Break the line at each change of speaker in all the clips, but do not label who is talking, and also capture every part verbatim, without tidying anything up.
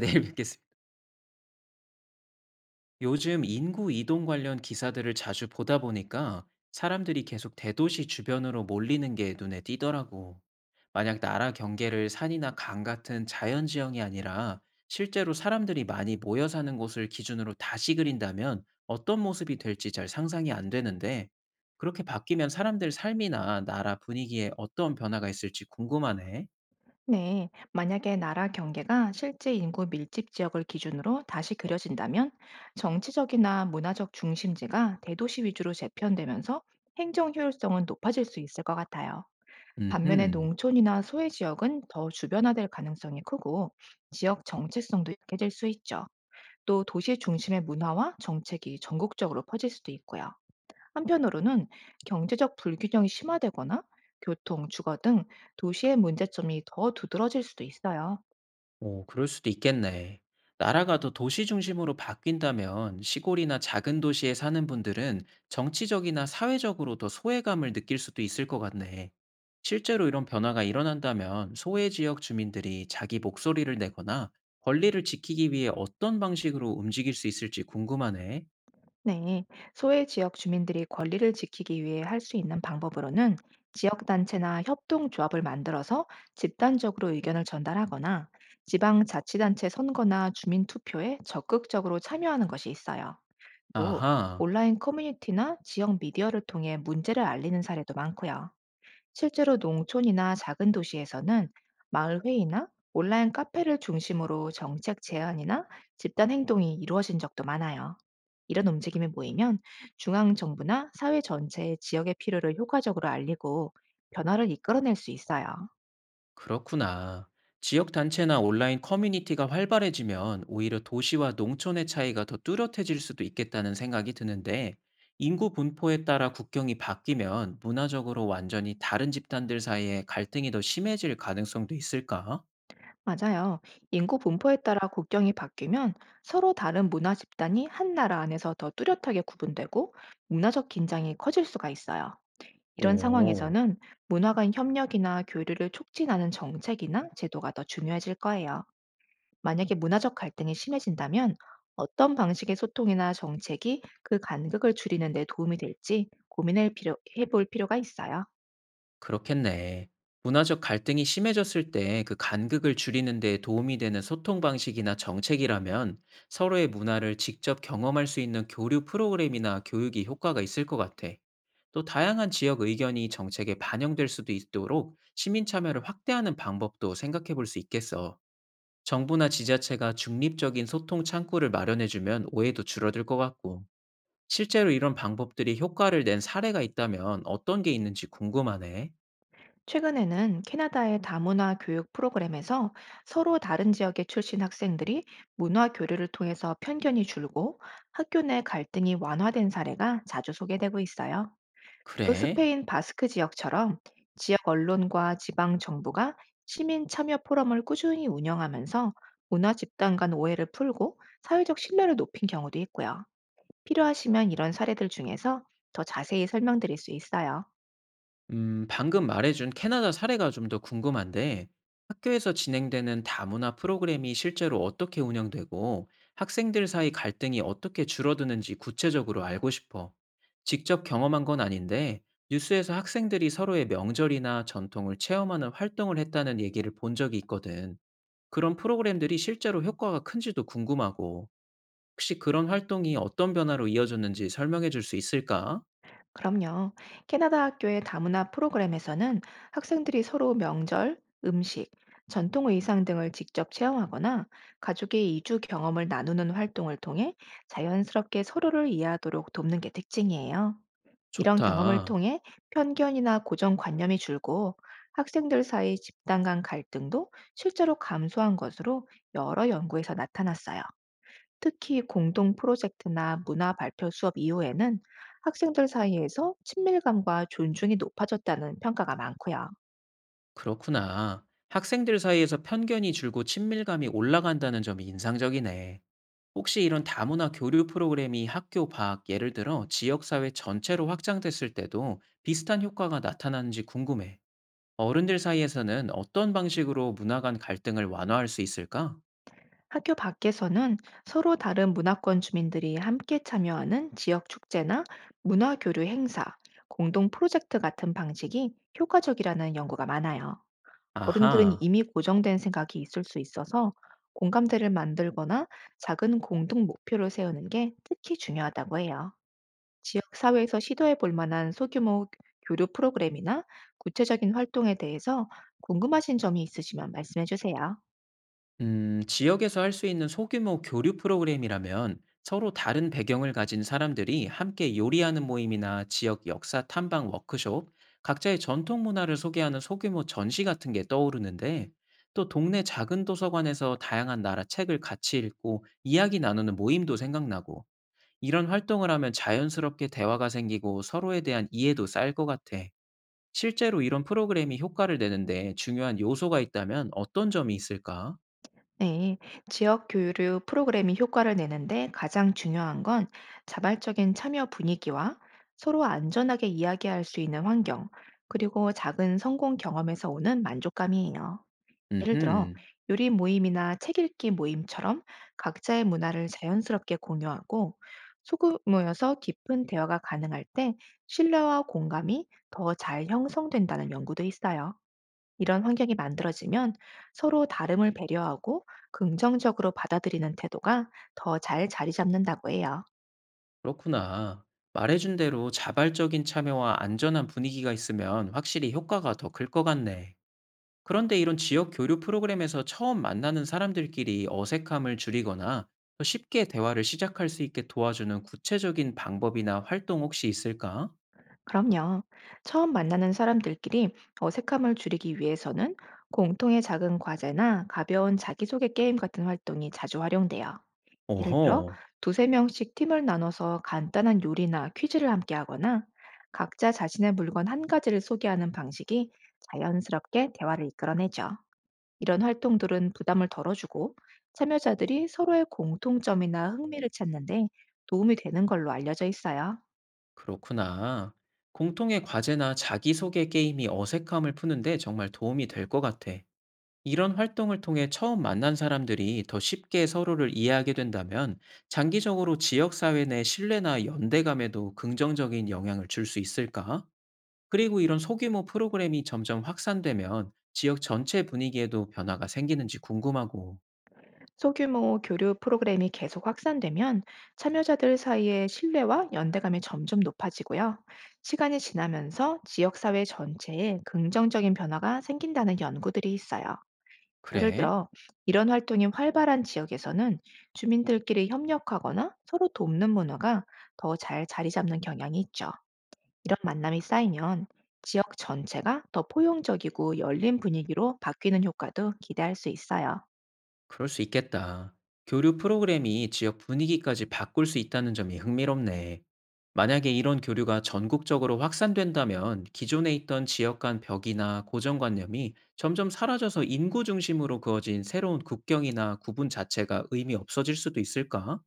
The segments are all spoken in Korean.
내일 뵙겠습니다. 요즘 인구 이동 관련 기사들을 자주 보다 보니까 사람들이 계속 대도시 주변으로 몰리는 게 눈에 띄더라고. 만약 나라 경계를 산이나 강 같은 자연 지형이 아니라 실제로 사람들이 많이 모여 사는 곳을 기준으로 다시 그린다면 어떤 모습이 될지 잘 상상이 안 되는데 그렇게 바뀌면 사람들 삶이나 나라 분위기에 어떤 변화가 있을지 궁금하네.
네, 만약에 나라 경계가 실제 인구 밀집 지역을 기준으로 다시 그려진다면, 정치적이나 문화적 중심지가 대도시 위주로 재편되면서 행정 효율성은 높아질 수 있을 것 같아요. 반면에
음흠.
농촌이나 소외 지역은 더 주변화될 가능성이 크고, 지역 정체성도 약해질 수 있죠. 또 도시 중심의 문화와 정책이 전국적으로 퍼질 수도 있고요. 한편으로는 경제적 불균형이 심화되거나 교통, 주거 등 도시의 문제점이 더 두드러질 수도 있어요.
오, 그럴 수도 있겠네. 나라가 더 도시 중심으로 바뀐다면 시골이나 작은 도시에 사는 분들은 정치적이나 사회적으로 더 소외감을 느낄 수도 있을 것 같네. 실제로 이런 변화가 일어난다면 소외 지역 주민들이 자기 목소리를 내거나 권리를 지키기 위해 어떤 방식으로 움직일 수 있을지 궁금하네.
네, 소외 지역 주민들이 권리를 지키기 위해 할 수 있는 방법으로는 지역단체나 협동조합을 만들어서 집단적으로 의견을 전달하거나, 지방자치단체 선거나 주민투표에 적극적으로 참여하는 것이 있어요. 또
아하.
온라인 커뮤니티나 지역 미디어를 통해 문제를 알리는 사례도 많고요. 실제로 농촌이나 작은 도시에서는 마을 회의나 온라인 카페를 중심으로 정책 제안이나 집단 행동이 이루어진 적도 많아요. 이런 움직임이 모이면 중앙 정부나 사회 전체의 지역의 필요를 효과적으로 알리고 변화를 이끌어낼 수 있어요.
그렇구나. 지역 단체나 온라인 커뮤니티가 활발해지면 오히려 도시와 농촌의 차이가 더 뚜렷해질 수도 있겠다는 생각이 드는데, 인구 분포에 따라 국경이 바뀌면 문화적으로 완전히 다른 집단들 사이에 갈등이 더 심해질 가능성도 있을까?
맞아요. 인구 분포에 따라 국경이 바뀌면 서로 다른 문화 집단이 한 나라 안에서 더 뚜렷하게 구분되고 문화적 긴장이 커질 수가 있어요. 이런
오.
상황에서는 문화 간 협력이나 교류를 촉진하는 정책이나 제도가 더 중요해질 거예요. 만약에 문화적 갈등이 심해진다면 어떤 방식의 소통이나 정책이 그 간극을 줄이는 데 도움이 될지 고민해 볼 필요가 있어요.
그렇겠네. 문화적 갈등이 심해졌을 때 그 간극을 줄이는 데 도움이 되는 소통 방식이나 정책이라면 서로의 문화를 직접 경험할 수 있는 교류 프로그램이나 교육이 효과가 있을 것 같아. 또 다양한 지역 의견이 정책에 반영될 수도 있도록 시민 참여를 확대하는 방법도 생각해 볼 수 있겠어. 정부나 지자체가 중립적인 소통 창구를 마련해주면 오해도 줄어들 것 같고, 실제로 이런 방법들이 효과를 낸 사례가 있다면 어떤 게 있는지 궁금하네.
최근에는 캐나다의 다문화 교육 프로그램에서 서로 다른 지역에 출신 학생들이 문화 교류를 통해서 편견이 줄고 학교 내 갈등이 완화된 사례가 자주 소개되고 있어요. 또
그래?
스페인 바스크 지역처럼 지역 언론과 지방 정부가 시민 참여 포럼을 꾸준히 운영하면서 문화 집단 간 오해를 풀고 사회적 신뢰를 높인 경우도 있고요. 필요하시면 이런 사례들 중에서 더 자세히 설명드릴 수 있어요.
음, 방금 말해준 캐나다 사례가 좀 더 궁금한데, 학교에서 진행되는 다문화 프로그램이 실제로 어떻게 운영되고, 학생들 사이 갈등이 어떻게 줄어드는지 구체적으로 알고 싶어. 직접 경험한 건 아닌데, 뉴스에서 학생들이 서로의 명절이나 전통을 체험하는 활동을 했다는 얘기를 본 적이 있거든. 그런 프로그램들이 실제로 효과가 큰지도 궁금하고, 혹시 그런 활동이 어떤 변화로 이어졌는지 설명해 줄 수 있을까?
그럼요. 캐나다 학교의 다문화 프로그램에서는 학생들이 서로 명절, 음식, 전통 의상 등을 직접 체험하거나 가족의 이주 경험을 나누는 활동을 통해 자연스럽게 서로를 이해하도록 돕는 게 특징이에요. 이런 경험을
좋다.
통해 편견이나 고정관념이 줄고 학생들 사이 집단 간 갈등도 실제로 감소한 것으로 여러 연구에서 나타났어요. 특히 공동 프로젝트나 문화 발표 수업 이후에는 학생들 사이에서 친밀감과 존중이 높아졌다는 평가가 많고요.
그렇구나. 학생들 사이에서 편견이 줄고 친밀감이 올라간다는 점이 인상적이네. 혹시 이런 다문화 교류 프로그램이 학교 밖, 예를 들어 지역사회 전체로 확장됐을 때도 비슷한 효과가 나타나는지 궁금해. 어른들 사이에서는 어떤 방식으로 문화 간 갈등을 완화할 수 있을까?
학교 밖에서는 서로 다른 문화권 주민들이 함께 참여하는 지역 축제나 문화 교류 행사, 공동 프로젝트 같은 방식이 효과적이라는 연구가 많아요. 어른들은
아하.
이미 고정된 생각이 있을 수 있어서 공감대를 만들거나 작은 공동 목표를 세우는 게 특히 중요하다고 해요. 지역 사회에서 시도해 볼 만한 소규모 교류 프로그램이나 구체적인 활동에 대해서 궁금하신 점이 있으시면 말씀해 주세요.
음, 지역에서 할 수 있는 소규모 교류 프로그램이라면 서로 다른 배경을 가진 사람들이 함께 요리하는 모임이나 지역 역사 탐방 워크숍, 각자의 전통 문화를 소개하는 소규모 전시 같은 게 떠오르는데, 또 동네 작은 도서관에서 다양한 나라 책을 같이 읽고 이야기 나누는 모임도 생각나고, 이런 활동을 하면 자연스럽게 대화가 생기고 서로에 대한 이해도 쌓일 것 같아. 실제로 이런 프로그램이 효과를 내는데 중요한 요소가 있다면 어떤 점이 있을까?
네, 지역 교류 프로그램이 효과를 내는데 가장 중요한 건 자발적인 참여 분위기와 서로 안전하게 이야기할 수 있는 환경, 그리고 작은 성공 경험에서 오는 만족감이에요. 예를 들어
음흠.
요리 모임이나 책 읽기 모임처럼 각자의 문화를 자연스럽게 공유하고 소규 모여서 깊은 대화가 가능할 때 신뢰와 공감이 더 잘 형성된다는 연구도 있어요. 이런 환경이 만들어지면 서로 다름을 배려하고 긍정적으로 받아들이는 태도가 더 잘 자리 잡는다고 해요.
그렇구나. 말해준 대로 자발적인 참여와 안전한 분위기가 있으면 확실히 효과가 더 클 것 같네. 그런데 이런 지역 교류 프로그램에서 처음 만나는 사람들끼리 어색함을 줄이거나 더 쉽게 대화를 시작할 수 있게 도와주는 구체적인 방법이나 활동 혹시 있을까?
그럼요. 처음 만나는 사람들끼리 어색함을 줄이기 위해서는 공통의 작은 과제나 가벼운 자기소개 게임 같은 활동이 자주 활용돼요. 예를 들어
오호,
두세 명씩 팀을 나눠서 간단한 요리나 퀴즈를 함께 하거나 각자 자신의 물건 한 가지를 소개하는 방식이 자연스럽게 대화를 이끌어내죠. 이런 활동들은 부담을 덜어주고 참여자들이 서로의 공통점이나 흥미를 찾는데 도움이 되는 걸로 알려져 있어요.
그렇구나. 공통의 과제나 자기소개 게임이 어색함을 푸는데 정말 도움이 될 것 같아. 이런 활동을 통해 처음 만난 사람들이 더 쉽게 서로를 이해하게 된다면 장기적으로 지역사회 내 신뢰나 연대감에도 긍정적인 영향을 줄 수 있을까? 그리고 이런 소규모 프로그램이 점점 확산되면 지역 전체 분위기에도 변화가 생기는지 궁금하고.
소규모 교류 프로그램이 계속 확산되면 참여자들 사이의 신뢰와 연대감이 점점 높아지고요. 시간이 지나면서 지역사회 전체에 긍정적인 변화가 생긴다는 연구들이 있어요. 예를
그래?
들어, 이런 활동이 활발한 지역에서는 주민들끼리 협력하거나 서로 돕는 문화가 더 잘 자리 잡는 경향이 있죠. 이런 만남이 쌓이면 지역 전체가 더 포용적이고 열린 분위기로 바뀌는 효과도 기대할 수 있어요.
그럴 수 있겠다. 교류 프로그램이 지역 분위기까지 바꿀 수 있다는 점이 흥미롭네. 만약에 이런 교류가 전국적으로 확산된다면 기존에 있던 지역 간 벽이나 고정관념이 점점 사라져서 인구 중심으로 그어진 새로운 국경이나 구분 자체가 의미 없어질 수도 있을까?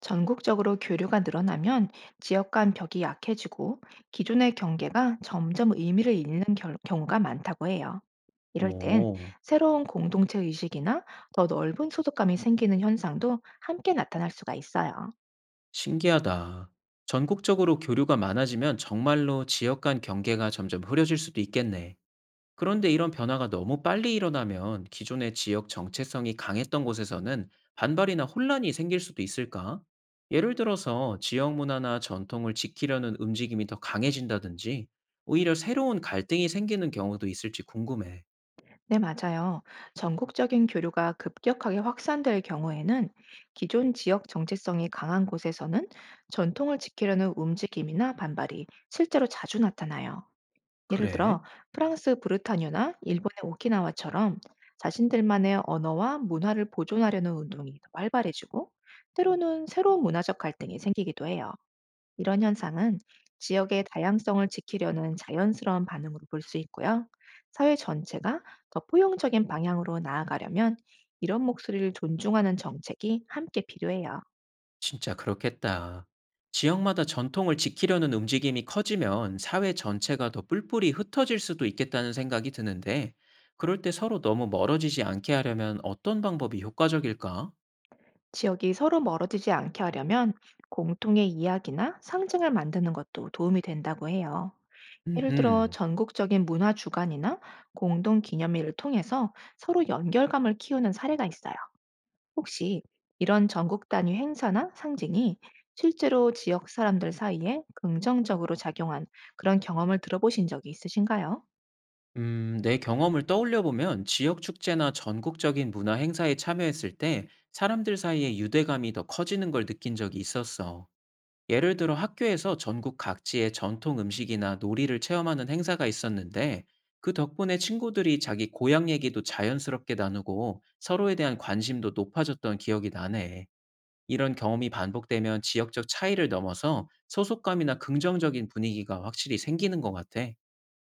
전국적으로 교류가 늘어나면 지역 간 벽이 약해지고 기존의 경계가 점점 의미를 잃는 결- 경우가 많다고 해요. 이럴 땐
오,
새로운 공동체 의식이나 더 넓은 소속감이 생기는 현상도 함께 나타날 수가 있어요.
신기하다. 전국적으로 교류가 많아지면 정말로 지역 간 경계가 점점 흐려질 수도 있겠네. 그런데 이런 변화가 너무 빨리 일어나면 기존의 지역 정체성이 강했던 곳에서는 반발이나 혼란이 생길 수도 있을까? 예를 들어서 지역 문화나 전통을 지키려는 움직임이 더 강해진다든지 오히려 새로운 갈등이 생기는 경우도 있을지 궁금해.
네, 맞아요. 전국적인 교류가 급격하게 확산될 경우에는 기존 지역 정체성이 강한 곳에서는 전통을 지키려는 움직임이나 반발이 실제로 자주 나타나요. 예를
그래?
들어 프랑스 브르타뉴나 일본의 오키나와처럼 자신들만의 언어와 문화를 보존하려는 운동이 더 활발해지고, 때로는 새로운 문화적 갈등이 생기기도 해요. 이런 현상은 지역의 다양성을 지키려는 자연스러운 반응으로 볼 수 있고요. 사회 전체가 더 포용적인 방향으로 나아가려면 이런 목소리를 존중하는 정책이 함께 필요해요.
진짜 그렇겠다. 지역마다 전통을 지키려는 움직임이 커지면 사회 전체가 더 뿔뿔이 흩어질 수도 있겠다는 생각이 드는데 그럴 때 서로 너무 멀어지지 않게 하려면 어떤 방법이 효과적일까?
지역이 서로 멀어지지 않게 하려면 공통의 이야기나 상징을 만드는 것도 도움이 된다고 해요. 예를 들어
음흠.
전국적인 문화 주간이나 공동 기념일을 통해서 서로 연결감을 키우는 사례가 있어요. 혹시 이런 전국 단위 행사나 상징이 실제로 지역 사람들 사이에 긍정적으로 작용한 그런 경험을 들어보신 적이 있으신가요?
음, 내 경험을 떠올려 보면 지역 축제나 전국적인 문화 행사에 참여했을 때 사람들 사이의 유대감이 더 커지는 걸 느낀 적이 있었어. 예를 들어 학교에서 전국 각지의 전통 음식이나 놀이를 체험하는 행사가 있었는데 그 덕분에 친구들이 자기 고향 얘기도 자연스럽게 나누고 서로에 대한 관심도 높아졌던 기억이 나네. 이런 경험이 반복되면 지역적 차이를 넘어서 소속감이나 긍정적인 분위기가 확실히 생기는 것 같아.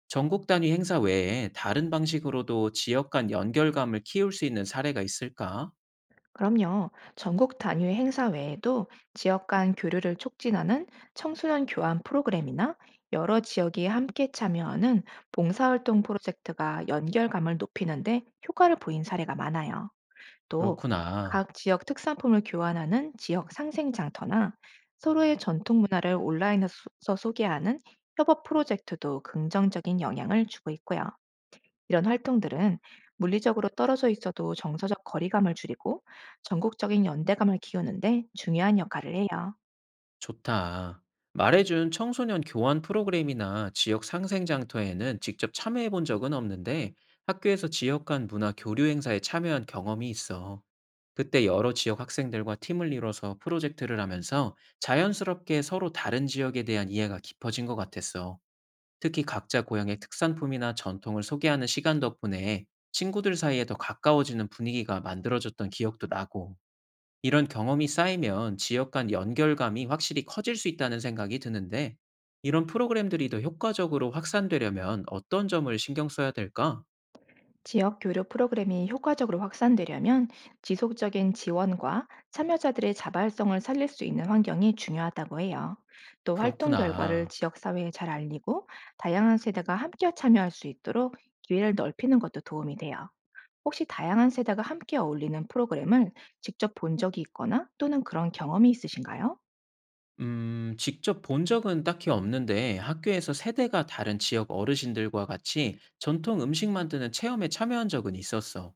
전국 단위 행사 외에 다른 방식으로도 지역 간 연결감을 키울 수 있는 사례가 있을까?
그럼요. 전국 단위의 행사 외에도 지역 간 교류를 촉진하는 청소년 교환 프로그램이나 여러 지역이 함께 참여하는 봉사활동 프로젝트가 연결감을 높이는데 효과를 보인 사례가 많아요. 또
그렇구나.
각 지역 특산품을 교환하는 지역 상생 장터나 서로의 전통 문화를 온라인에서 소개하는 협업 프로젝트도 긍정적인 영향을 주고 있고요. 이런 활동들은 물리적으로 떨어져 있어도 정서적 거리감을 줄이고 전국적인 연대감을 키우는데 중요한 역할을 해요.
좋다. 말해준 청소년 교환 프로그램이나 지역 상생 장터에는 직접 참여해 본 적은 없는데 학교에서 지역 간 문화 교류 행사에 참여한 경험이 있어. 그때 여러 지역 학생들과 팀을 이뤄서 프로젝트를 하면서 자연스럽게 서로 다른 지역에 대한 이해가 깊어진 것 같았어. 특히 각자 고향의 특산품이나 전통을 소개하는 시간 덕분에 친구들 사이에 더 가까워지는 분위기가 만들어졌던 기억도 나고, 이런 경험이 쌓이면 지역 간 연결감이 확실히 커질 수 있다는 생각이 드는데, 이런 프로그램들이 더 효과적으로 확산되려면 어떤 점을 신경 써야 될까?
지역 교류 프로그램이 효과적으로 확산되려면 지속적인 지원과 참여자들의 자발성을 살릴 수 있는 환경이 중요하다고 해요. 또 활동 결과를
그렇구나.
지역사회에 잘 알리고 다양한 세대가 함께 참여할 수 있도록 기회를 넓히는 것도 도움이 돼요. 혹시 다양한 세대가 함께 어울리는 프로그램을 직접 본 적이 있거나 또는 그런 경험이 있으신가요?
음, 직접 본 적은 딱히 없는데 학교에서 세대가 다른 지역 어르신들과 같이 전통 음식 만드는 체험에 참여한 적은 있었어.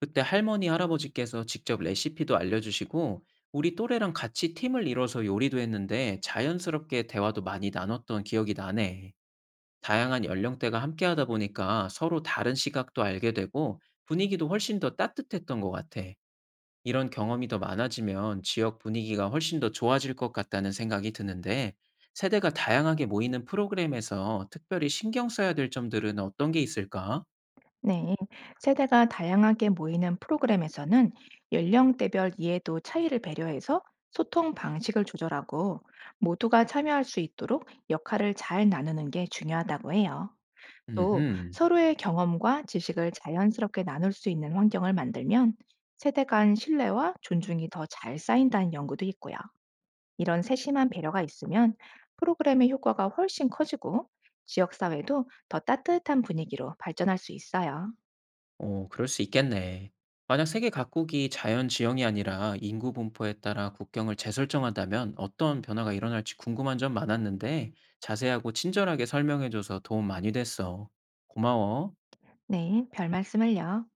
그때 할머니, 할아버지께서 직접 레시피도 알려주시고, 우리 또래랑 같이 팀을 이뤄서 요리도 했는데 자연스럽게 대화도 많이 나눴던 기억이 나네. 다양한 연령대가 함께 하다 보니까 서로 다른 시각도 알게 되고 분위기도 훨씬 더 따뜻했던 것 같아. 이런 경험이 더 많아지면 지역 분위기가 훨씬 더 좋아질 것 같다는 생각이 드는데, 세대가 다양하게 모이는 프로그램에서 특별히 신경 써야 될 점들은 어떤 게 있을까?
네, 세대가 다양하게 모이는 프로그램에서는 연령대별 이해도 차이를 배려해서 소통 방식을 조절하고 모두가 참여할 수 있도록 역할을 잘 나누는 게 중요하다고 해요. 또
음흠.
서로의 경험과 지식을 자연스럽게 나눌 수 있는 환경을 만들면 세대 간 신뢰와 존중이 더 잘 쌓인다는 연구도 있고요. 이런 세심한 배려가 있으면 프로그램의 효과가 훨씬 커지고 지역사회도 더 따뜻한 분위기로 발전할 수 있어요.
어, 그럴 수 있겠네. 만약 세계 각국이 자연 지형이 아니라 인구 분포에 따라 국경을 재설정한다면 어떤 변화가 일어날지 궁금한 점 많았는데 자세하고 친절하게 설명해줘서 도움 많이 됐어. 고마워.
네, 별 말씀을요.